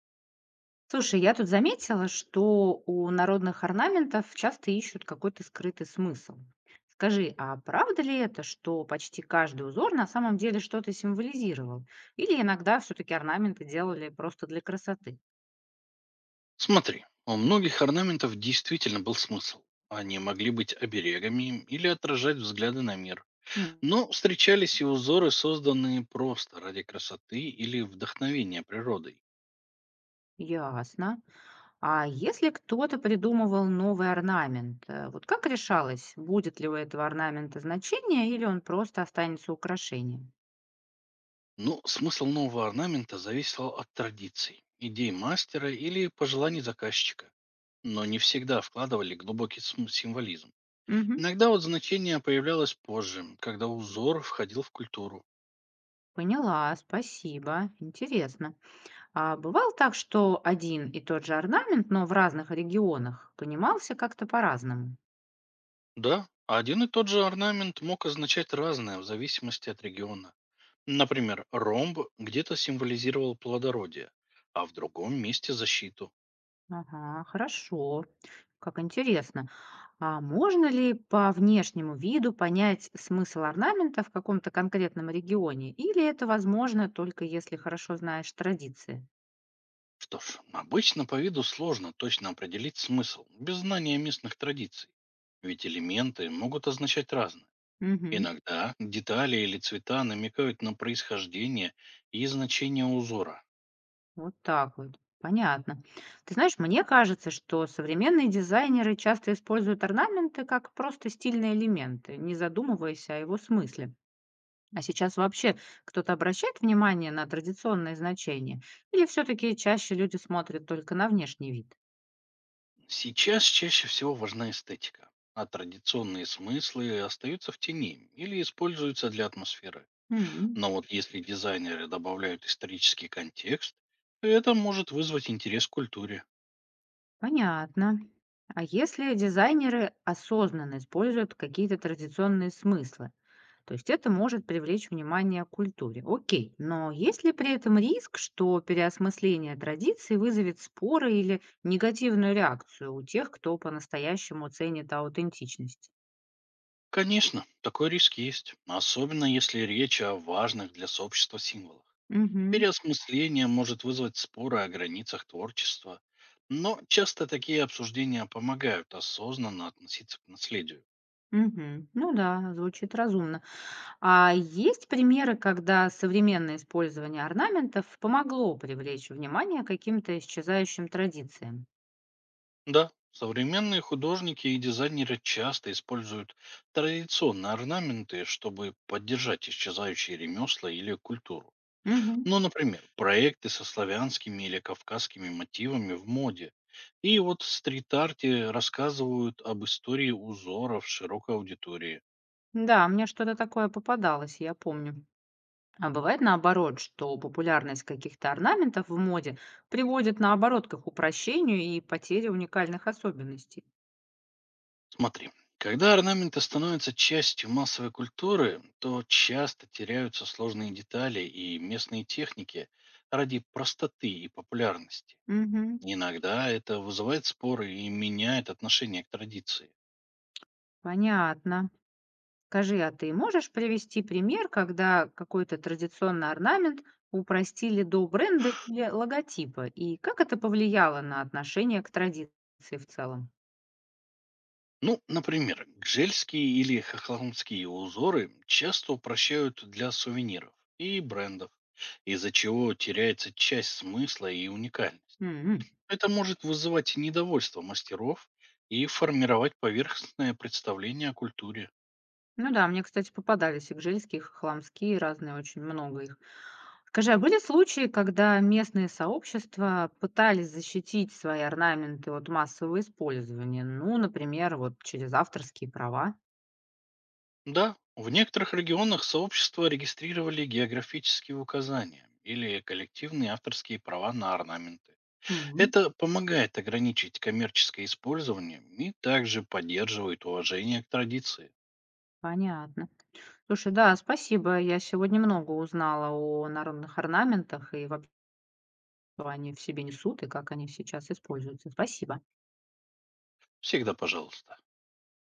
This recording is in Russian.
Слушай, я тут заметила, что у народных орнаментов часто ищут какой-то скрытый смысл. Скажи, а правда ли это, что почти каждый узор на самом деле что-то символизировал? Или иногда все-таки орнаменты делали просто для красоты? Смотри, у многих орнаментов действительно был смысл. Они могли быть оберегами или отражать взгляды на мир. М, Но встречались и узоры, созданные просто ради красоты или вдохновения природой. ясно. А если кто-то придумывал новый орнамент, вот как решалось, будет ли у этого орнамента значение или он просто останется украшением? Но смысл нового орнамента зависел от традиций, идей мастера или пожеланий заказчика. Но не всегда вкладывали глубокий символизм. Мгм. Иногда вот значение появлялось позже, когда узор входил в культуру. Поняла, спасибо. Интересно. А бывало так, что один и тот же орнамент, но в разных регионах, понимался как-то по-разному? Да, один и тот же орнамент мог означать разное в зависимости от региона. Например, ромб где-то символизировал плодородие, а в другом месте защиту. Ага, хорошо. Как интересно. А можно ли по внешнему виду понять смысл орнамента в каком-то конкретном регионе? Или это возможно только если хорошо знаешь традиции? Что ж, обычно по виду сложно точно определить смысл, без знания местных традиций. Ведь элементы могут означать разное. Угу. Иногда детали или цвета намекают на происхождение и значение узора. Вот так вот. Понятно. Ты знаешь, мне кажется, что современные дизайнеры часто используют орнаменты как просто стильные элементы, не задумываясь о его смысле. А сейчас вообще кто-то обращает внимание на традиционные значения? Или все-таки чаще люди смотрят только на внешний вид? Сейчас чаще всего важна эстетика, а традиционные смыслы остаются в тени или используются для атмосферы. М. Но вот если дизайнеры добавляют исторический контекст, это может вызвать интерес к культуре. Понятно. А если дизайнеры осознанно используют какие-то традиционные смыслы? То есть это может привлечь внимание к культуре. Окей, но есть ли при этом риск, что переосмысление традиций вызовет споры или негативную реакцию у тех, кто по-настоящему ценит аутентичность? Конечно, такой риск есть, особенно если речь о важных для сообщества символах. Мгм. Переосмысление может вызвать споры о границах творчества, но часто такие обсуждения помогают осознанно относиться к наследию. Мгм. Ну да, звучит разумно. А есть примеры, когда современное использование орнаментов помогло привлечь внимание к каким-то исчезающим традициям? Да, современные художники и дизайнеры часто используют традиционные орнаменты, чтобы поддержать исчезающие ремесла или культуру. Мгм. Ну, например, проекты со славянскими или кавказскими мотивами в моде. И вот в стрит-арте рассказывают об истории узоров широкой аудитории. Да, мне что-то такое попадалось, я помню. А бывает наоборот, что популярность каких-то орнаментов в моде приводит наоборот к их упрощению и потере уникальных особенностей. Смотри, когда орнаменты становятся частью массовой культуры, то часто теряются сложные детали и местные техники ради простоты и популярности. Мгм. Иногда это вызывает споры и меняет отношение к традиции. Понятно. Скажи, а ты можешь привести пример, когда какой-то традиционный орнамент упростили до бренда или логотипа, и как это повлияло на отношение к традиции в целом? Ну, например, гжельские или хохломские узоры часто упрощают для сувениров и брендов, из-за чего теряется часть смысла и уникальность. Мгм. Это может вызывать недовольство мастеров и формировать поверхностное представление о культуре. Ну да, мне, кстати, попадались игжельские, хохламские, разные, очень много их. Скажи, а были случаи, когда местные сообщества пытались защитить свои орнаменты от массового использования? Ну, например, вот через авторские права? Да, в некоторых регионах сообщества регистрировали географические указания или коллективные авторские права на орнаменты. Мгм. Это помогает ограничить коммерческое использование и также поддерживает уважение к традиции. Понятно. Слушай, да, спасибо. Я сегодня много узнала о народных орнаментах и вообще, что они в себе несут и как они сейчас используются. Спасибо. Всегда пожалуйста.